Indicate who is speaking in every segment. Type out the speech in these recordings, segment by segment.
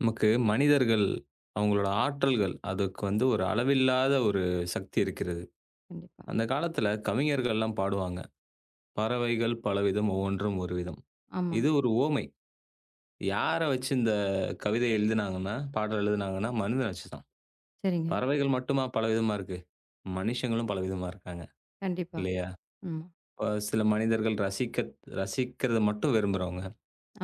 Speaker 1: நமக்கு மனிதர்கள், அவங்களோட ஆற்றல்கள், அதுக்கு வந்து ஒரு அளவில்லாத ஒரு சக்தி இருக்கிறது.
Speaker 2: கண்டிப்பா.
Speaker 1: அந்த காலத்துல கவிஞர்கள்லாம் பாடுவாங்க. "பறவைகள் பலவிதம் ஒவ்வொன்றும் ஒரு விதம்."
Speaker 2: ஆமா.
Speaker 1: இது ஒரு உவமை. யார வச்சு இந்த கவிதை எழுதினாங்கன்னா, பாடல் எழுதினாங்கன்னா, மனிதன வச்சு தான்.
Speaker 2: சரிங்க.
Speaker 1: பறவைகள் மட்டுமா பலவிதமா இருக்கு? மனுஷங்களும் பலவிதமா இருக்காங்க.
Speaker 2: கண்டிப்பா.
Speaker 1: இல்லையா?
Speaker 2: ம்.
Speaker 1: இப்ப சில மனிதர்கள் ரசிக்கிறத மட்டும் விரும்புறவங்க.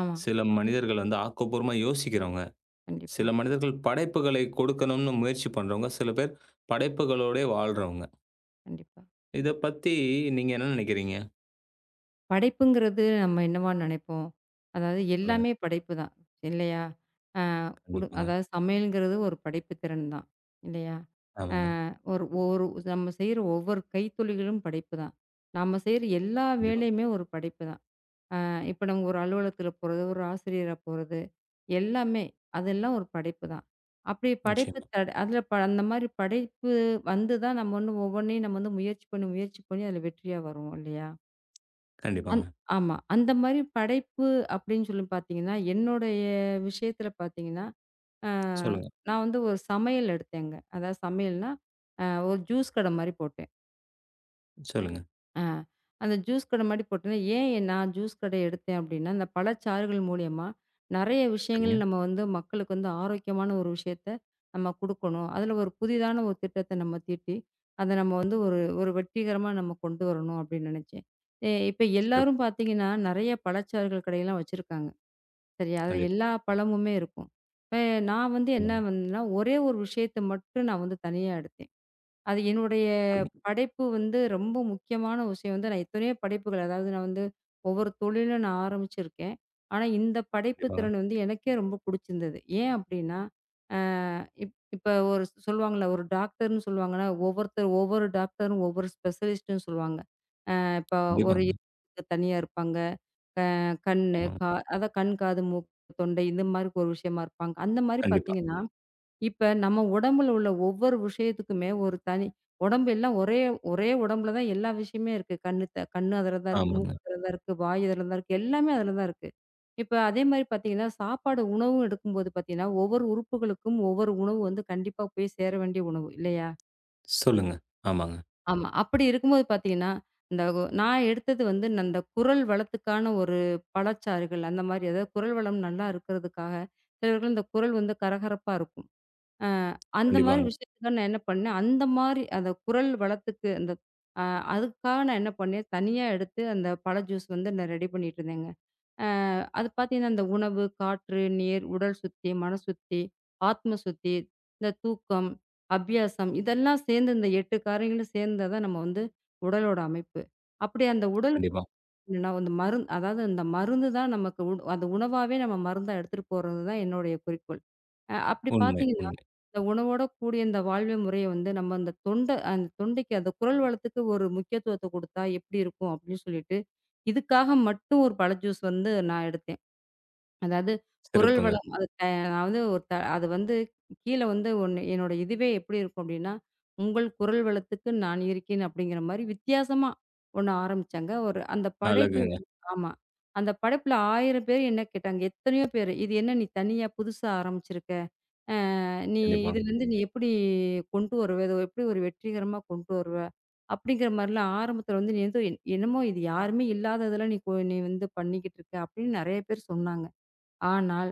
Speaker 2: ஆமா.
Speaker 1: சில மனிதர்கள் வந்து ஆக்கப்பூர்வமா யோசிக்கிறவங்க.
Speaker 2: கண்டிப்பா,
Speaker 1: சில மனிதர்கள் படைப்புகளை கொடுக்கணும்னு முயற்சி பண்றவங்க. சில பேர் படைப்புகளோடே வாழ்றவங்க.
Speaker 2: கண்டிப்பா.
Speaker 1: இத பத்தி நீங்க என்ன நினைக்கிறீங்க?
Speaker 2: படைப்புங்கிறது நம்ம என்னவா நெனைப்போம்? அதாவது
Speaker 1: சொல்லுங்க.
Speaker 2: எல்லாமே படைப்பு தான். இல்லையா? அ குடு
Speaker 1: கண்டிப்பாங்க.
Speaker 2: அதாவது சமையல்ங்கிறது ஒரு படைப்பு திறன் தான். இல்லையா? அ
Speaker 1: ஆமாங்க.
Speaker 2: ஒரு ஒரு நம்ம செய்ற ஒவ்வொரு கைத்துளிகளும் படைப்பு தான். நாம செய்ற எல்லா
Speaker 1: கண்டிப்பா.
Speaker 2: வேலையுமே ஒரு படைப்பு தான். இப்ப நம்ம ஒரு அலுவலகத்துல போறது, ஒரு ஆசிரியரா போறது, எல்லாமே அதெல்லாம் ஒரு படைப்பு தான். அப்படி படைப்பு
Speaker 1: நிச்சயமா.
Speaker 2: அதுல அந்த மாரி படைப்பு வந்து தான் நம்ம வந்து ஒவ்வொன்னையும் நம்ம வந்து முயற்சி பண்ணி, முயற்சி பண்ணி அதுல வெற்றியா வருவோம் இல்லையா? அந்
Speaker 1: கண்டிப்பாங்க.
Speaker 2: ஆமா. அந்த மாரி படைப்பு அப்படின்னு சொல்லி பார்த்தீங்கன்னா, என்னுடைய விஷயத்துல பார்த்தீங்கன்னா, அ
Speaker 1: சொல்லுங்க,
Speaker 2: நான் வந்து ஒரு சமையல் எடுத்தேங்க. அதாவது சமையல்னா, அ ஒரு ஜூஸ் கடை மாரி போட்டேன்.
Speaker 1: சொல்லுங்க.
Speaker 2: ஆ. அந்த ஜூஸ் கடை மாரி போட்டிருந்தேன். ஏன் நான் ஜூஸ் கடை எடுத்தேன் அப்டின்னா, இந்த பழச்சாறுகள் மூலியமா நெறைய விஷயங்கள்
Speaker 1: சரிங்க.
Speaker 2: நம்ம வந்து மக்களுக்கு வந்து ஆரோக்கியமான ஒரு விஷயத்த நம்ம குடுக்கணும். அதுல ஒரு புதிதான ஒரு திட்டத்த நம்ம தீட்டி, அத நம்ம வந்து ஒரு ஒரு வெற்றிகரமா நம்ம கொண்டு வரணும் அப்டின்னு நெனச்சேன். இப்ப
Speaker 1: சிறப்பு.
Speaker 2: எல்லாரும் பாத்தீங்கன்னா, நெறைய பழச்சாறுகள் கடையெல்லாம் வச்சிருக்காங்க. சரியா? அதுல
Speaker 1: கண்டிப்பா.
Speaker 2: எல்லா பழமுமே இருக்கும். இப்ப நான் வந்து என்ன
Speaker 1: சொல்லுங்க,
Speaker 2: வந்தேன்னா, ஒரே ஒரு விஷயத்த மட்டும் நான் வந்து தனியா எடுத்தேன். அது என்னுடைய
Speaker 1: சொல்லுங்க.
Speaker 2: படைப்பு வந்து ரொம்ப முக்கியமான விஷயம் வந்து நான் எத்தனையோ படைப்புகள் அதாவது நான் வந்து ஒவ்வொரு தொழிலும் நான் ஆரம்பிச்சிருக்கேன். ஆனா இந்த படைப்பு
Speaker 1: கண்டிப்பாங்க.
Speaker 2: திறன் வந்து எனக்கே ரொம்ப புடிச்சிருந்தது. ஏன் அப்டின்னா, அ இப் இப்ப ஒரு சொல்லுவாங்கல்ல ஒரு டாக்டர்ன்னு சொல்லுவாங்கன்னா, ஒவ்வொருத்தர் ஒவ்வொரு டாக்டரும் ஒவ்வொரு ஸ்பெஷலிஸ்ட்ன்னு சொல்லுவாங்க. இப்ப ஒரு
Speaker 1: கண்டிப்பாங்க.
Speaker 2: இதயத்துக்கு தனியா இருப்பாங்க. அ கண்ணு,
Speaker 1: ஆமாங்க.
Speaker 2: கா அதான் கண், காது, மூக்கு, தொண்டை இந்த மாரி ஒரு விஷயமா இருப்பாங்க. அந்த மாரி
Speaker 1: கண்டிப்பா.
Speaker 2: பார்த்தீங்கன்னா இப்ப நம்ம உடம்புல உள்ள ஒவ்வொரு விஷயத்துக்குமே ஒரு தனி உடம்பு எல்லாம் ஒரே ஒரே உடம்புல தான் எல்லா விஷயமே இருக்கு. கண்ணு அதுல தான் இருக்கு,
Speaker 1: ஆமாங்க.
Speaker 2: மூக்கு அதுல தான் இருக்கு, வாய் அதுல தான் இருக்கு, எல்லாமே அதுல தான் இருக்கு. இப்ப அதே மாரி பார்த்தீங்கன்னா, சாப்பாடு உணவும் எடுக்கும்போது பார்த்தீங்கன்னா, ஒவ்வொரு உறுப்புகளுக்கும் ஒவ்வொரு உணவு வந்து கண்டிப்பா போய் சேர வேண்டிய உணவு இல்லையா?
Speaker 1: சொல்லுங்க. ஆமாங்க.
Speaker 2: ஆமா. அப்படி இருக்கும்போது பார்த்தீங்கன்னா, இந்த ஒ நான் எடுத்தது வந்து அந்த குரல் வளத்துக்கான ஒரு பழச்சாறுகள் அந்த மாரி அதாவது குரல் வளம் நல்லா இருக்கிறதுக்காக சிலருக்கு இந்த குரல் வந்து கரகரப்பா இருக்கும். அந்த மாரி
Speaker 1: கண்டிப்பாங்க.
Speaker 2: விஷயத்துக்காக நான் என்ன பண்ணேன், அந்த மாரி அந்த குரல் வளத்துக்கு அந்த அ அதுக்காக நான் என்ன பண்ணேன், தனியா எடுத்து அந்த பழ ஜூஸ் வந்து நான் ரெடி பண்ணிட்டு இருந்தேங்க. அ அது பார்த்தீங்கன்னா, அந்த உணவு, காற்று, நீர், உடல் சுத்தி, மன சுத்தி, ஆத்ம சுத்தி, இந்த தூக்கம், அபியாசம் இதெல்லாம் சேர்ந்து இந்த 8 காரியங்களும் சேர்ந்தா தான் நம்ம வந்து உடலோட அமைப்பு. அப்படி அந்த உடலுக்கு
Speaker 1: கண்டிப்பா.
Speaker 2: இல்லன்னா அந்த மருந்து அதாவது அந்த மருந்து தான் நமக்கு உண் அந்த உணவாவே நம்ம மருந்தா எடுத்துட்டு போறது தான் என்னுடைய குறிக்கோள். அப்படி
Speaker 1: உண்மை,
Speaker 2: பார்த்தீங்கன்னா,
Speaker 1: உண்மை.
Speaker 2: இந்த உணவோட கூடிய இந்த வாழ்வு முறைய வந்து நம்ம அந்த தொண்டை அந்த தொண்டைக்கு அந்த குரல் வளத்துக்கு ஒரு முக்கியத்துவத்த குடுத்தா எப்படி இருக்கும் அப்படின்னு சொல்லிட்டு, இதுக்காக மட்டும் ஒரு பழ ஜூஸ் வந்து நான் எடுத்தேன். அதாவது குரல்
Speaker 1: சிறப்புங்க.
Speaker 2: வளம் அது த அதாவது ஒரு த அது வந்து கீழ வந்து ஒண்ணு என்னோட இதுவே எப்படி இருக்கும் அப்டின்னா, "உங்கள் குரல் வளத்துக்கு நான் இருக்கேன்" அப்டிங்கிற மாரி வித்தியாசமா ஒண்ணு ஆரம்பிச்சாங்க. ஒரு அந்த படைப்புல
Speaker 1: அழகுங்க.
Speaker 2: வந்து ஆமா. அந்த படைப்புல 1000 பேர் என்ன கேட்டாங்க. எத்தனையோ பேரு. "இது என்ன நீ தனியா புதுசா ஆரம்பிச்சிருக்க? அ நீ
Speaker 1: கண்டிப்பாங்க.
Speaker 2: இதுலருந்து நீ எப்படி கொண்டு வருவ? இத எப்படி ஒரு வெற்றிகரமா கொண்டு வருவ?" அப்டிங்கிற மாரிலாம் ஆரம்பத்துல வந்து, "நீ வந்து என்னமோ இது யாருமே இல்லாததுல நீ வந்து பண்ணிக்கிட்டு இருக்க" அப்டின்னு நெறைய பேர் சொன்னாங்க. ஆனால்,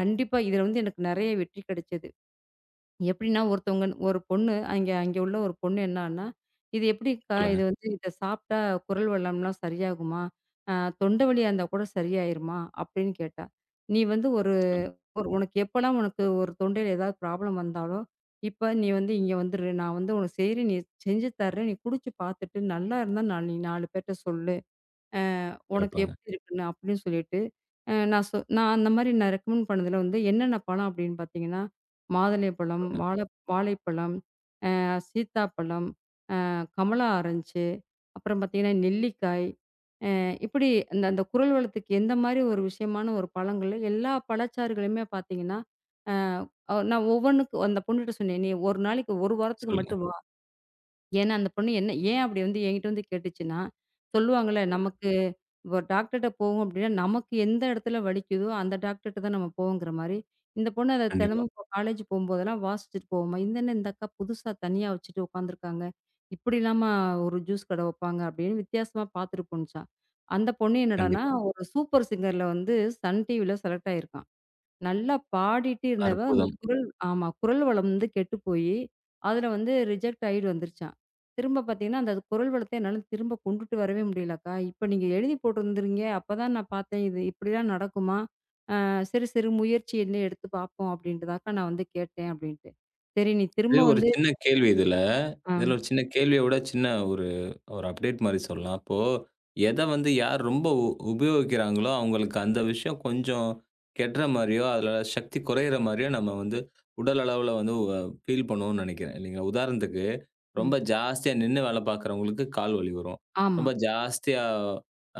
Speaker 2: கண்டிப்பா இதுல வந்து எனக்கு நெறைய வெற்றி கிடைச்சது. எப்படின்னா ஒருத்தவங்க ஒரு பொண்ணு அங்க அங்க உள்ள ஒரு பொண்ணு என்னான்னா, "இது எப்படிக்கா?
Speaker 1: சொல்லுங்க,
Speaker 2: இது வந்து இத சாப்பிட்டா குரல் வளம்லாம் சரியாகுமா? அ தொண்டை வலியா இருந்தா கூட சரியாயிருமா?" அப்படின்னு கேட்டா. "நீ வந்து ஒரு
Speaker 1: சொல்லுங்க.
Speaker 2: ஒரு உனக்கு எப்பலாம் உனக்கு ஒரு தொண்டையில ஏதாவது ப்ராப்ளம் வந்தாலும், இப்ப நீ வந்து இங்க வந்துரு. நான் வந்து உனக்கு செய்றேன். நீ செஞ்சு தர்றேன். நீ குடிச்சு பார்த்துட்டு நல்லா இருந்தா நான் நீ 4 பேர்ட்ட சொல்லு." உனக்கு
Speaker 1: சிறப்புங்க.
Speaker 2: எப்படி இருக்குன்னு அப்படின்னு சொல்லிட்டு, அ நான் சொ நான் அந்த மாரி நான் ரெக்கமெண்ட் பண்ணதுல வந்து என்னென்ன பழம் அப்படின்னு பார்த்தீங்கன்னா, மாதுளைப்பழம், வாழைப்பழம், சீத்தாப்பழம், கமலா ஆரஞ்சு, அப்புறம் பார்த்தீங்கன்னா நெல்லிக்காய், இப்படி அந்த அந்த குரல் வளத்துக்கு எந்த மாரி ஒரு விஷயமான ஒரு பழங்கள்ல எல்லா பழச்சாறுகளையுமே பார்த்தீங்கன்னா, அ நான் ஒவ்வொன்னுக்கு அந்த பொண்ணுகிட்ட சொன்னேன். "நீ ஒரு நாளைக்கு 1 வாரத்துக்கு
Speaker 1: சொல்லுங்க,
Speaker 2: மட்டும்" ஏன்னா, அந்த பொண்ணு என்ன ஏன் அப்படி வந்து என்கிட்ட வந்து கேட்டுச்சுன்னா, சொல்லுவாங்கல்ல
Speaker 1: சொல்லுங்க.
Speaker 2: நமக்கு இப்போ டாக்டர்ட்ட போவோம் அப்படின்னா, நமக்கு எந்த இடத்துல வலிக்குதோ, அந்த டாக்டர்ட்ட தான் நம்ம போவோங்கிற மாரி, இந்த பொண்ணு அத
Speaker 1: கண்டிப்பா,
Speaker 2: தினமும் இப்போ காலேஜ் போம்போதெல்லாம் வாசிச்சுட்டு போகுமா, "இது என்ன இந்த அக்கா புதுசா தனியா வச்சுட்டு உட்காந்துருக்காங்க, இப்படிலாமா ஒரு ஜூஸ் கடை வைப்பாங்க" அப்படின்னு வித்தியாசமா பார்த்துட்டு போணுச்சாம். அந்த பொண்ணு என்னடான்னா,
Speaker 1: கண்டிப்பா.
Speaker 2: ஒரு சூப்பர் சிங்கர்ல வந்து சன் டிவில செலக்ட் ஆயிருக்காம். நல்லா பாடிட்டு இருந்தவ, அந்த
Speaker 1: அற்புதம்.
Speaker 2: குரல் ஆமா. குரல் வளம் வந்து கெட்டு போயி, அதுல வந்து ரிஜெக்ட் ஆயிட்டு வந்துருச்சாம். திரும்ப பார்த்தீங்கன்னா, அந்த குரல் வளத்த என்னால திரும்ப கொண்டுட்டு வரவே முடியலக்கா. இப்ப நீங்க எழுதி போட்டிருந்துறீங்க. அப்பதான் நான் பார்த்தேன். இது இப்படிலாம் நடக்குமா? சிறு சிறு முயற்சி என்ன எடுத்து பார்ப்போம் அப்படின்ட்டு தான்க்கா நான் வந்து கேட்டேன் அப்படின்ட்டு. சரி நீ திரும்ப
Speaker 1: இது ஒரு
Speaker 2: வந்து
Speaker 1: சின்ன கேள்வி இதுல.
Speaker 2: ஆ,
Speaker 1: இதுல ஒரு சின்ன கேள்விய விட சின்ன ஒரு ஒரு அப்டேட் மாரி சொல்லலாம். இப்போ எத வந்து யார் ரொம்ப உபயோகிக்கிறாங்களோ, அவங்களுக்கு அந்த விஷயம் கொஞ்சம் கெட்ற மாரியோ, அதுல சக்தி குறையிற மாரியோ நம்ம வந்து உடல் அளவுல வந்து ஃபீல் பண்ணுவோம்னு நெனைக்கிறேன். இல்லைங்களா? உதாரணத்துக்கு,
Speaker 2: ம்.
Speaker 1: ரொம்ப ஜாஸ்தியா நின்னு வேல பார்க்குறவங்களுக்கு கால் வலி வரும்.
Speaker 2: ஆமா.
Speaker 1: ரொம்ப ஜாஸ்தியா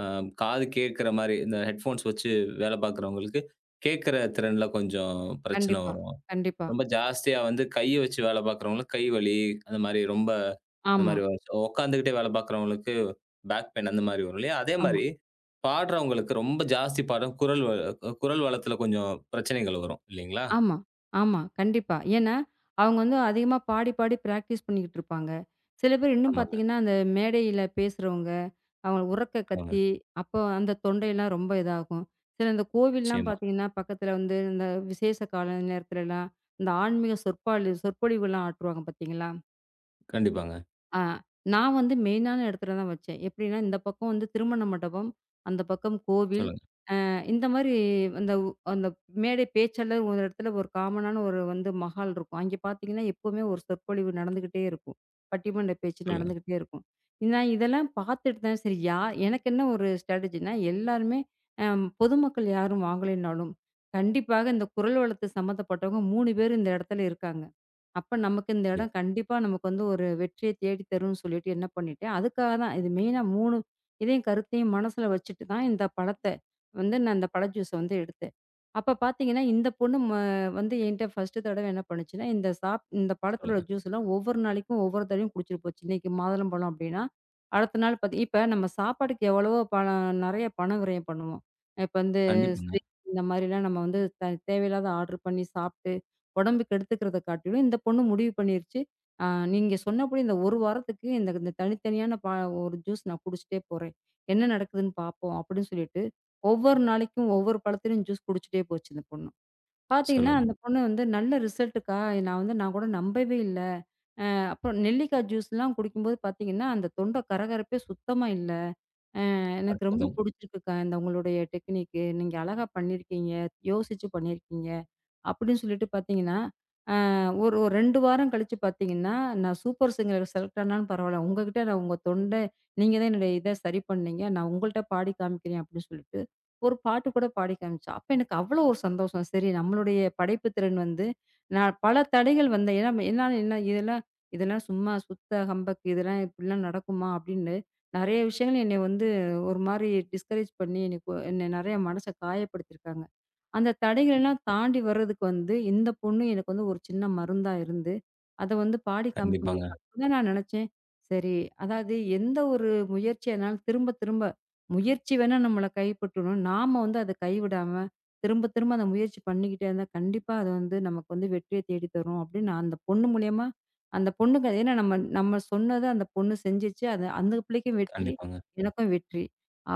Speaker 1: அ காது கேட்கிற மாரி இந்த ஹெட்ஃபோன்ஸ் வச்சு வேல பார்க்குறவங்களுக்கு, கேட்கிற திறன்ல கொஞ்சம் பிரச்சனை
Speaker 2: கண்டிப்பா,
Speaker 1: வரும்.
Speaker 2: கண்டிப்பா.
Speaker 1: ரொம்ப ஜாஸ்தியா வந்து கைய வச்சு வேலை பார்க்கிறவங்களுக்கு கை வலி, அந்த மாரி ரொம்ப அந்த
Speaker 2: ஆமா,
Speaker 1: மாரி வரும். உட்கார்ந்துகிட்டே வேலை பார்க்கிறவங்களுக்கு பேக் பெயின் அந்த மாரி வரும் இல்லையா? அதே
Speaker 2: ஆமா.
Speaker 1: மாரி பாடுறவங்களுக்கு ரொம்ப ஜாஸ்தி பாடும் குரல் வளத்துல கொஞ்சம் பிரச்சனைகள் வரும் இல்லைங்களா?
Speaker 2: ஆமா, ஆமா. கண்டிப்பா. ஏன்னா, அவங்க வந்து அதிகமா பாடி, பாடி பிராக்டிஸ் பண்ணிக்கிட்டு இருப்பாங்க. சில பேர் இன்னும்
Speaker 1: ஆமாங்க,
Speaker 2: பார்த்தீங்கன்னா, அந்த மேடையில பேசுறவங்க, அவங்க உரக்க
Speaker 1: ஆமாங்க.
Speaker 2: கத்தி, அப்போ அந்த தொண்டையெல்லாம் ரொம்ப இதாகும். சில இந்த கோவில்லாம்
Speaker 1: நிச்சயமா.
Speaker 2: பார்த்தீங்கன்னா, பக்கத்துல வந்து இந்த விசேஷ கால நேரத்துலலாம், இந்த ஆன்மீக சொற்பொழி சொற்பொழிவுலாம் ஆற்றுவாங்க பார்த்தீங்களா?
Speaker 1: கண்டிப்பாங்க.
Speaker 2: ஆ நான் வந்து மெயினான இடத்துல தான் வச்சேன். எப்படின்னா, இந்த பக்கம் வந்து திருமண மண்டபம், அந்த பக்கம் கோவில்.
Speaker 1: சொல்லுங்க,
Speaker 2: இந்த மாரி அந்த உ அந்த மேடை பேச்செல்லாம் ஒரு இடத்துல ஒரு காமனான ஒரு வந்து மஹால் இருக்கும். அங்கே பார்த்தீங்கன்னா, எப்பவுமே ஒரு சொற்பொழிவு நடந்துகிட்டே இருக்கும். பட்டிமன்ற பேச்சு
Speaker 1: சொல்லுங்க.
Speaker 2: நடந்துகிட்டே இருக்கும். நான் இதெல்லாம் பார்த்துட்டு தான் சரி யா எனக்கு என்ன ஒரு ஸ்ட்ராட்டஜின்னா, எல்லாருமே அ பொதுமக்கள் யாரும் வாங்கலைனாலும், கண்டிப்பாக இந்த குரல் வளத்து சம்மந்தப்பட்டவங்க 3 பேர் இந்த இடத்துல இருக்காங்க. அப்ப நமக்கு இந்த
Speaker 1: கண்டிப்பா
Speaker 2: இடம் கண்டிப்பா நமக்கு வந்து ஒரு வெற்றிய தேடி தரும்ன்னு சொல்லிட்டு என்ன பண்ணிட்டேன், அதுக்காக தான் இது மெயினா 3 இதையும் கருத்தையும் மனசுல வச்சுட்டு தான் இந்த பழத்த வந்து நான் இந்த பழ ஜூஸ வந்து எடுத்தேன். அப்ப பார்த்தீங்கன்னா, இந்த பொண்ணு ம வந்து என்ட்ட ஃபர்ஸ்ட்டு தடவ என்ன பண்ணுச்சுன்னா, இந்த பழத்திலோட
Speaker 1: சொல்லுங்க.
Speaker 2: ஜூஸ்லாம் ஒவ்வொரு நாளைக்கும் ஒவ்வொரு தடவையும் குடிச்சிட்டு போச்சு. இன்னைக்கு மாதுளம்பழம் அப்டின்னா, அடுத்த நாள் பாத்தி இப்ப நம்ம சாப்பாட்டுக்கு எவ்வளவோ பணம் நெறைய பணம் விரயம் பண்ணுவோம். இப்ப வந்து
Speaker 1: கண்டிப்பாங்க.
Speaker 2: Swiggy இந்த மாதிரிலாம் நம்ம வந்து த தேவையில்லாத ஆர்டர் பண்ணி சாப்ட்டு உடம்பு கெடுத்துக்கிறத காட்டிலும் இந்த பொண்ணு முடிவு பண்ணிருச்சு. ஆ நீங்க சொன்னபடி இந்த 1 வாரத்துக்கு இந்த இந்த தனித்தனியான பா ஒரு ஜூஸ் நான் குடிச்சிட்டே போறேன். என்ன நடக்குதுன்னு பார்ப்போம் அப்படின்னு சொல்லிட்டு, ஒவ்வொரு நாளைக்கும் ஒவ்வொரு பழத்திலயும் ஜூஸ் குடிச்சிட்டே போச்சு இந்த பொண்ணு. பார்த்தீங்கன்னா,
Speaker 1: சொல்லுங்க.
Speaker 2: அந்த பொண்ணு வந்து நல்ல ரிசல்ட்டுக்கா நான் கூட நம்பவே இல்ல. அப்புறம் நெல்லிக்காய் ஜூஸ்லாம் குடிக்கும்போது பார்த்தீங்கன்னா, அந்த தொண்டை கரகரப்பே சுத்தமா இல்ல. எனக்கு ரொம்ப
Speaker 1: அற்புதம்.
Speaker 2: புடிச்சிருக்குக்கா இந்த உங்களுடைய டெக்னிக்கு. நீங்க அழகா பண்ணியிருக்கீங்க. யோசிச்சு பண்ணியிருக்கீங்க. அப்படின்னு சொல்லிட்டு பார்த்தீங்கன்னா ஒரு ஒரு 2 வாரம் கழிச்சு பார்த்தீங்கன்னா, நான் சூப்பர் சிங்கர்ல செலக்ட் ஆனாலும் பரவால்ல. உங்ககிட்ட நான் உங்க தொண்ட நீங்க தான் என்னுடைய இத சரி பண்ணீங்க. நான் உங்கள்ட்ட பாடி காமிக்கிறேன் அப்படின்னு சொல்லிட்டு, ஒரு பாட்டு கூட பாடி காமிச்சா. அப்ப எனக்கு அவ்வளோ ஒரு சந்தோஷம். சரி நம்மளுடைய படைப்பு திறன் வந்து நான் பல தடைகள் வந்த ஏன்னா என்னால என்ன இதெல்லாம் இதெல்லாம் சும்மா சுத்த ஹம்பக் இதெல்லாம் இப்படிலாம் நடக்குமா? அப்படின்னு நெறைய விஷயங்கள் என்னைய வந்து ஒரு மாரி டிஸ்கரேஜ் பண்ணி, என்ன நெறைய மனச காயப்படுத்தியிருக்காங்க. அந்த தடைகள் எல்லாம் தாண்டி வர்றதுக்கு வந்து, இந்த பொண்ணு எனக்கு வந்து ஒரு சின்ன மருந்தா இருந்து, அத வந்து பாடி காமிக்கும்போது
Speaker 1: கண்டிப்பாங்க,
Speaker 2: அப்பதான் நான் நெனச்சேன், சரி அதாவது எந்த ஒரு முயற்சியானாலும் திரும்ப திரும்ப முயற்சி வேணா நம்மள கைப்பற்றணும். நாம வந்து அத கைவிடாம, திரும்ப திரும்ப அந்த முயற்சி பண்ணிக்கிட்டே இருந்தா, கண்டிப்பா அது வந்து நமக்கு வந்து வெற்றிய தேடி தரும் அப்படின்னு நான் அந்த பொண்ணு மூலியமா அந்த பொண்ணுக்கு ஏன்னா நம்ம நம்ம சொன்னத அந்த பொண்ணு செஞ்சுச்சு. அது அந்த பிள்ளைக்கும் வெற்றி,
Speaker 1: கண்டிப்பாங்க.
Speaker 2: எனக்கும் வெற்றி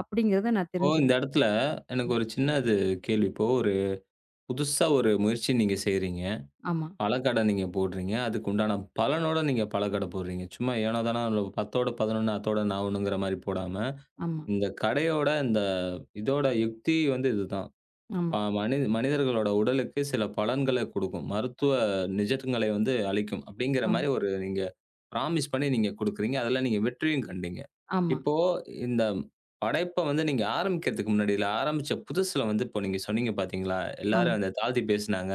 Speaker 2: அப்படிங்கிறத நான்
Speaker 1: இப்போ இந்த
Speaker 2: தெரிஞ்சுக்கிட்டேன்.
Speaker 1: இடத்துல எனக்கு ஒரு சின்ன இது கேள்வி. இப்போ ஒரு புதுசா ஒரு முயற்சி நீங்க செய்றீங்க.
Speaker 2: ஆமா,
Speaker 1: பழக்கடை நீங்க போடுறீங்க. அதுக்கு உண்டான பலனோட நீங்க பழக்கடை போடுறீங்க. சும்மா ஏனோ தானோ 10ஓட 11 அத்தோட நான் ஒண்ணுங்கிற மாரி போடாம,
Speaker 2: ஆமா,
Speaker 1: இந்த கடையோட இந்த இதோட யுக்தி வந்து இதுதான்.
Speaker 2: ஆமா,
Speaker 1: ப மனி மனிதர்களோட உடலுக்கு சில பலன்கள குடுக்கும். மருத்துவ நிஜங்களை வந்து அளிக்கும். அப்படிங்கிற
Speaker 2: ஆமா.
Speaker 1: மாரி ஒரு நீங்க ப்ராமிஸ் பண்ணி நீங்க குடுக்குறீங்க. அதுல நீங்க வெற்றியும் கண்டீங்க.
Speaker 2: ஆமா,
Speaker 1: இப்போ இந்த படைப்ப வந்து நீங்க ஆரம்பிக்கிறதுக்கு முன்னாடி, இல்ல ஆரம்பிச்ச புதுசுல வந்து இப்போ நீங்க சொன்னீங்க பார்த்தீங்களா?
Speaker 2: ஆமா,
Speaker 1: எல்லாரும் அந்த தாழ்த்தி பேசினாங்க.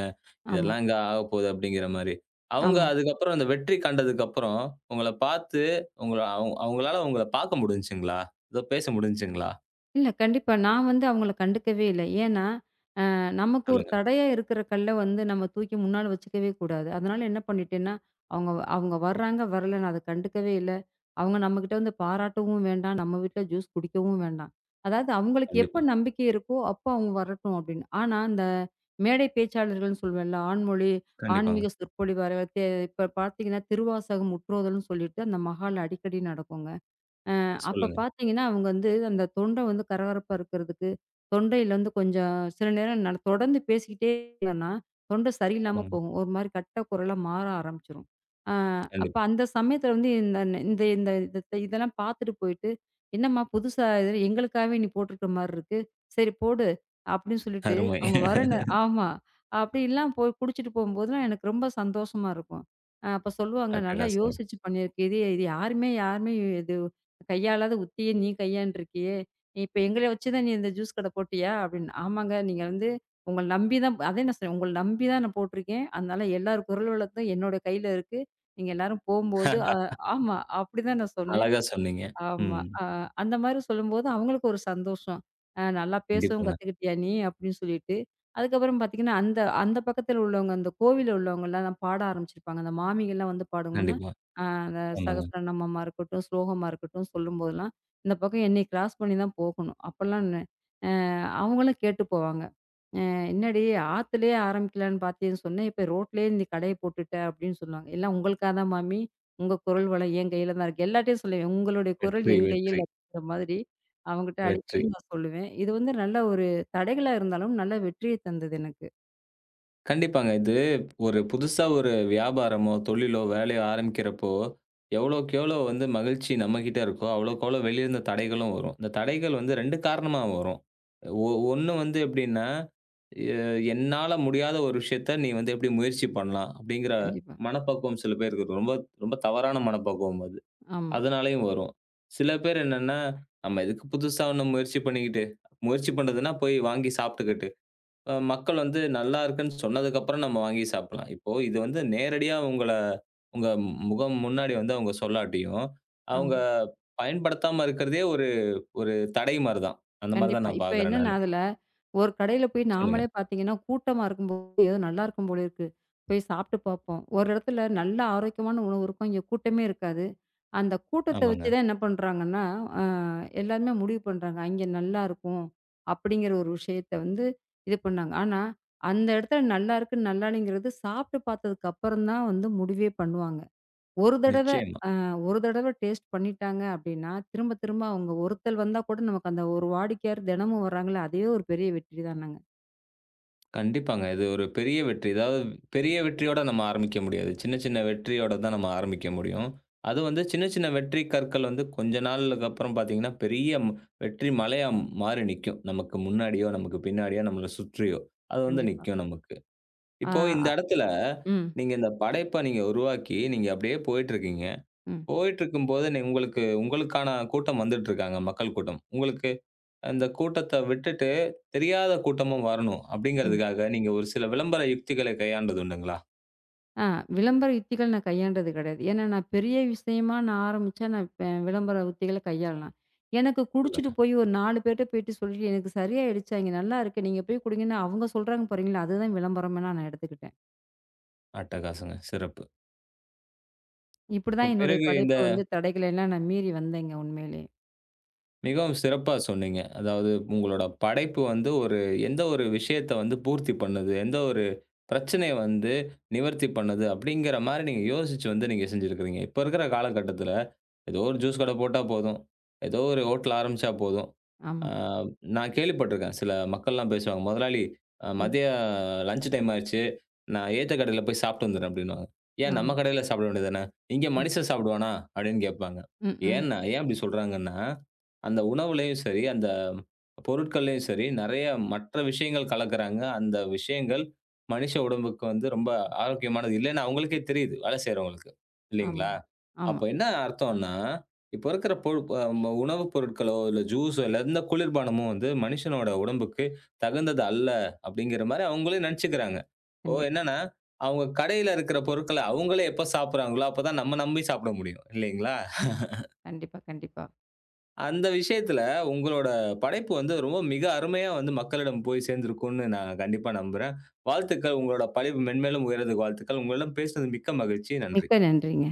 Speaker 2: ஆமா,
Speaker 1: இதெல்லாம் எங்க ஆகப்போகுது அப்படிங்கிற மாரி. அவங்க
Speaker 2: ஆமா.
Speaker 1: அதுக்கப்புறம் அந்த வெற்றி கண்டதுக்கு அப்புறம் உங்கள பார்த்து உங்கள அவங்களால உங்கள பார்க்க முடிஞ்சுச்சுங்களா? ஏதோ பேச முடிஞ்சுச்சுங்களா?
Speaker 2: இல்ல கண்டிப்பா. நான் வந்து அவங்கள கண்டுக்கவே இல்ல. ஏன்னா, நமக்கு ஒரு
Speaker 1: சொல்லுங்க.
Speaker 2: தடையா இருக்கிற கல்ல வந்து நம்ம தூக்கி முன்னால வச்சுக்கவே கூடாது. அதனால என்ன பண்ணிட்டேன்னா, அவங்க வர்றாங்க, வரல நான் அத கண்டுக்கவே இல்ல. அவங்க நம்மகிட்ட வந்து பாராட்டவும் வேண்டாம், நம்ம வீட்ல ஜூஸ் குடிக்கவும் வேண்டாம். அதாவது அவங்களுக்கு எப்ப
Speaker 1: கண்டிப்பா.
Speaker 2: நம்பிக்கை இருக்கோ, அப்போ அவங்க வரட்டும் அப்படின்னு. ஆனா, இந்த மேடை பேச்சாளர்கள்ன்னு சொல்வேன்ல, ஆண்மொழி,
Speaker 1: கண்டிப்பாங்க.
Speaker 2: ஆன்மீக சொற்பொழிவாளர், இப்ப பார்த்தீங்கன்னா, திருவாசகம் முற்றோதல்ன்னு சொல்லிட்டு அந்த மஹால்ல அடிக்கடி நடக்குங்க. அப்ப
Speaker 1: சொல்லுங்க.
Speaker 2: பார்த்தீங்கன்னா, அவங்க வந்து அந்த தொண்டை வந்து கரகரப்பா இருக்கிறதுக்கு, தொண்டையில வந்து கொஞ்சம் சில நேரம் நான் தொடர்ந்து பேசிக்கிட்டே இருந்தேன்னா, தொண்டை சரியில்லாம
Speaker 1: ஆமாங்க.
Speaker 2: போகும். ஒரு மாரி கட்ட குரலா மாற ஆரம்பிச்சுரும். அ அப்ப
Speaker 1: கண்டிப்பா.
Speaker 2: அந்த சமயத்தில வந்து இந்த இந்த இந்த இத இதெல்லாம் பார்த்துட்டு போயிட்டு, "என்னம்மா புதுசா இது எங்களுக்காகவே நீ போட்டிருக்கிற மாரி இருக்கு. சரி போடு." அப்படின்னு சொல்லிட்டு
Speaker 1: அருமை.
Speaker 2: அவங்க வர நே ஆமா. அப்படிலாம் போய் குடிச்சிட்டு போகும்போதெல்லாம் எனக்கு ரொம்ப சந்தோஷமா இருக்கும். அப்ப சொல்லுவாங்க, "நல்லா
Speaker 1: அட்டகாசங்க.
Speaker 2: யோசிச்சு பண்ணியிருக்க. இது இது யாருமே யாருமே இது கையாளாத உத்திய நீ கையாண்டுருக்கியே! இப்ப எங்கள வச்சு தான் நீ இந்த ஜூஸ் கடை போட்டியா? அப்படின்னு. ஆமாங்க. நீங்க வந்து உங்கள நம்பி தான் அதே நான் சொன்னேன். உங்கள நம்பி தான் நான் போட்டிருக்கேன். அதனால எல்லார் குரல் வளத்தும் என்னோட கையில இருக்கு. நீங்க எல்லாரும் போம்போது ஆமா. அப்படிதான் நான் சொன்னேன்.
Speaker 1: அழகா சொன்னீங்க.
Speaker 2: ஆமா.
Speaker 1: ம்.
Speaker 2: அந்த மாரி சொல்லும்போது அவங்களுக்கு ஒரு சந்தோஷம். நல்லா பேசவும்
Speaker 1: கண்டிப்பாங்க.
Speaker 2: கத்துக்கிட்டியா நீ? அப்படின்னு சொல்லிட்டு. அதுக்கப்புறம் பார்த்தீங்கன்னா, அந்த அந்த பக்கத்துல உள்ளவங்க, அந்த கோவில்ல உள்ளவங்கலாம் பாட ஆரம்பிச்சிருப்பாங்க. அந்த மாமிகள்லாம் வந்து பாடுங்கன்னா,
Speaker 1: கண்டிப்பா.
Speaker 2: அந்த
Speaker 1: ஆமாங்க.
Speaker 2: சகஸ்ரநாமமா இருக்கட்டும், ஸ்லோகமா இருக்கட்டும் சொல்லும்போதெல்லாம், இந்த பக்கம் என்னைய கிராஸ் பண்ணி தான் போகணும். அப்பல்லாம் நெ அவங்களும் கேட்டு போவாங்க. அ "என்னடி ஆத்துலயே ஆரம்பிக்கலான்னு பாத்தேன்னு சொன்னேன், இப்ப ரோட்லயே நீ கடைய போட்டுட்ட" அப்படின்னு சொல்லுவாங்க. "எல்லாம் உங்களுக்கா தான் மாமி, உங்க குரல் வளம் என் கையில தான் இருக்கு." எல்லார்ட்டயும் சொல்லுவேன், "உங்களுடைய குரல்
Speaker 1: வெற்றி,
Speaker 2: என் கையில்"
Speaker 1: வெற்றி,
Speaker 2: அப்படிங்கிற மாதிரி அவங்ககிட்ட
Speaker 1: வெற்றி.
Speaker 2: அடிக்கடி நான் சொல்லுவேன். இது வந்து நல்ல ஒரு தடைகளா இருந்தாலும் நல்ல வெற்றியை தந்தது எனக்கு.
Speaker 1: கண்டிப்பாங்க. இது ஒரு புதுசா ஒரு வியாபாரமோ, தொழிலோ, வேலையோ ஆரம்பிக்கிறப்போ, எவ்வளோக்கு எவ்வளோ வந்து மகிழ்ச்சி நம்மகிட்ட இருக்கோ, அவ்வளோக்கு அவ்வளோ வெளியிருந்து தடைகளும் வரும். இந்த தடைகள் வந்து 2 காரணமா வரும். ஒ ஒண்ணு வந்து எப்படின்னா, எ என்னால முடியாத ஒரு விஷயத்த நீ வந்து எப்படி முயற்சி பண்ணலாம்? அப்படிங்கிற
Speaker 2: கண்டிப்பா.
Speaker 1: மனப்பக்குவம் சில பேருக்கு இருக்கும். ரொம்ப ரொம்ப தவறான மனப்பக்குவம் அது.
Speaker 2: ஆமா,
Speaker 1: அதனாலயும் வரும். சில பேர் என்னன்னா, நம்ம எதுக்கு புதுசா ஒண்ணு முயற்சி பண்ணிக்கிட்டு, முயற்சி பண்றதுன்னா போய் வாங்கி சாப்பிட்டுக்கிட்டு. மக்கள் வந்து நல்லா இருக்குன்னு சொன்னதுக்கப்புறம் நம்ம வாங்கி சாப்பிடலாம். இப்போ இது வந்து நேரடியா உங்கள உங்க முகம் முன்னாடி வந்து அவங்க சொல்லாட்டியும், அவங்க
Speaker 2: ஆமா.
Speaker 1: பயன்படுத்தாம இருக்கிறதே ஒரு ஒரு தடை மாரி தான். அந்த மாரி தான்
Speaker 2: கண்டிப்பா.
Speaker 1: நான்
Speaker 2: இப்ப
Speaker 1: பார்க்குறேன்
Speaker 2: என்னன்னா
Speaker 1: நானு.
Speaker 2: அதுல, ஒரு கடையில போய்
Speaker 1: சொல்லுங்க.
Speaker 2: நாமளே பார்த்தீங்கன்னா, கூட்டமா இருக்கும்போது ஏதோ நல்லா இருக்கும் போல இருக்கு. போய் சாப்பிட்டு பார்ப்போம். ஒரு இடத்துல நல்ல ஆரோக்கியமான உணவு இருக்கும். இங்க கூட்டமே இருக்காது. அந்த கூட்டத்த வச்சு
Speaker 1: ஆமாங்க.
Speaker 2: தான் என்ன பண்றாங்கன்னா, அ எல்லாருமே முடிவு பண்றாங்க. அங்க நல்லா இருக்கும். அப்படிங்கிற ஒரு விஷயத்த வந்து இது பண்ணாங்க. ஆனா, அந்த இடத்துல நல்லா இருக்கு, நல்லா இல்லைங்கிறது சாப்பிட்டு பார்த்ததுக்கு அப்புறம் தான் வந்து முடிவே பண்ணுவாங்க. ஒரு தடவ
Speaker 1: நிச்சயமா.
Speaker 2: ஒரு தடவ டேஸ்ட் பண்ணிட்டாங்க அப்படின்னா, திரும்ப திரும்ப அவங்க ஒருத்தல் வந்தா கூட நமக்கு அந்த ஒரு வாடிக்கையாளர் தினமும் வர்றாங்கல்ல, அதுவே ஒரு பெரிய வெற்றி தானங்க.
Speaker 1: கண்டிப்பாங்க. இது ஒரு பெரிய வெற்றி. அதாவது பெரிய வெற்றியோட நம்ம ஆரம்பிக்க முடியாது. சின்ன சின்ன வெற்றியோட தான் நம்ம ஆரம்பிக்க முடியும். அதுவும் வந்து சின்ன சின்ன வெற்றி கற்கள் வந்து கொஞ்ச நாளுக்கு அப்புறம் பார்த்தீங்கன்னா, பெரிய வெற்றி மலையா மாறி நிக்கும். நமக்கு முன்னாடியோ, நமக்கு பின்னாடியோ, நம்மள சுற்றியோ, அது வந்து
Speaker 2: கண்டிப்பா.
Speaker 1: நிக்கும் நமக்கு.
Speaker 2: ஆ
Speaker 1: இப்போ இந்த
Speaker 2: அ
Speaker 1: இடத்துல,
Speaker 2: ம்,
Speaker 1: நீங்க இந்த படைப்ப நீங்க உருவாக்கி, நீங்க அப்படியே போயிட்டுருக்கீங்க.
Speaker 2: ம்.
Speaker 1: போயிட்டுருக்கும்போது நீ உங்களுக்கு உங்களுக்கான கூட்டம் வந்துட்டு இருக்காங்க. மக்கள் கூட்டம். உங்களுக்கு அந்த கூட்டத்த விட்டுட்டு, தெரியாத கூட்டமும் வரணும்
Speaker 2: ம்.
Speaker 1: அப்படிங்கிறதுக்காக, நீங்க ஒரு சில விளம்பர யுக்திகளை கையாண்டது உண்டுங்களா?
Speaker 2: ஆ விளம்பர யுத்திகள் நான் கையாண்டது கிடையாது. ஏன்னா நான் பெரிய விஷயமா நான் ஆரம்பிச்சா நான் இப்ப விளம்பர உத்திகள கையாளலாம். எனக்கு குடிச்சுட்டு
Speaker 1: சொல்லுங்க.
Speaker 2: போய் ஒரு 4 பேர்ட்ட போயிட்டு சொல்லிட்டு எனக்கு சரியாயிடுச்சு, அங்க நல்லாயிருக்கு. நீங்க போய் குடிங்கன்னு அவங்க சொல்றாங்க பாருங்களா, அதுதான் விளம்பரமா நான் எடுத்துக்கிட்டேன்.
Speaker 1: அட்டகாசங்க. சிறப்பு. இப்ப
Speaker 2: இப்படிதான் என்னுடைய
Speaker 1: பிறகு இந்த
Speaker 2: படைப்பு வந்து தடைகள எல்லாம் நான் மீறி வந்தேங்க உண்மையிலேயே.
Speaker 1: மிகவும் சிறப்பா சொன்னீங்க. அதாவது உங்களோட படைப்பு வந்து ஒரு எந்த ஒரு விஷயத்த வந்து பூர்த்தி பண்ணுது? எந்த ஒரு பிரச்சனைய வந்து நிவர்த்தி பண்ணுது? அப்படிங்கிற மாரி நீங்க யோசிச்சு வந்து நீங்க செஞ்சிருக்கிறீங்க. இப்ப இருக்கிற காலகட்டத்தில, ஏதோ ஒரு ஜூஸ் கடை போட்டா போதும். ஏதோ ஒரு ஹோட்டல் ஆரம்பிச்சா போதும்.
Speaker 2: ஆமா.
Speaker 1: ஆ நான் கேள்விப்பட்டிருக்கேன். சில மக்கள்லாம் பேசுவாங்க. முதலாளி அ
Speaker 2: ம்.
Speaker 1: மதிய லஞ்ச் டைம் ஆயிருச்சு. நான் ஏத்த கடையில போய் சாப்பிட்டு வந்துடுறேன் அப்படின்னுவாங்க. ஏன்
Speaker 2: ஆமா.
Speaker 1: நம்ம கடையில சாப்பிட வேண்டியது தானே? இங்க
Speaker 2: ம்.
Speaker 1: மனுஷன் சாப்பிடுவானா? அப்படின்னு
Speaker 2: ம்.
Speaker 1: கேட்பாங்க.
Speaker 2: ம், ம்.
Speaker 1: ஏன்னா ஏன் அப்படி சொல்றாங்கன்னா, அந்த உணவுலயும் சரி, அந்த பொருட்கள்லயும் சரி, நெறைய மற்ற விஷயங்கள் கலக்குறாங்க. அந்த விஷயங்கள் மனிஷ உடம்புக்கு வந்து ரொம்ப ஆரோக்கியமானது இல்லன்னு அவங்களுக்கே தெரியுது. வேலை செய்றவங்களுக்கு. இல்லீங்களா?
Speaker 2: ஆமாம். ஆமா.
Speaker 1: அப்ப என்ன அர்த்தம்ன்னா, இப்ப இருக்கிற பொழு அ ம உணவுப் பொருட்களோ, இல்ல ஜூஸோ, இல்ல எந்த குளிர்பானமும் வந்து மனுஷனோட உடம்புக்கு தகுந்தது அல்ல அப்படிங்கிற மாரி அவங்களே நெனச்சுக்கிறாங்க. ஓ!
Speaker 2: கண்டிப்பா,
Speaker 1: என்னன்னா, அவங்க கடையில இருக்கிற பொருட்கள அவங்களே எப்ப சாப்பிடுறாங்களோ, அப்பதான் நம்ம நம்பி சாப்பிட முடியும். இல்லீங்களா?
Speaker 2: கண்டிப்பா, கண்டிப்பா.
Speaker 1: அந்த விஷயத்துல உங்களோட படைப்பு வந்து ரொம்ப மிக அருமையா வந்து மக்களிடம் போய் சேர்ந்திருக்கும்னு நான் கண்டிப்பா நம்புறேன். வாழ்த்துக்கள். உங்களோட படைப்பு மென்மேலும் உயர்றதுக்கு வாழ்த்துக்கள். உங்களிடம் பேசினது மிக்க மகிழ்ச்சி. நன்றி.
Speaker 2: மிக்க நன்றிங்க.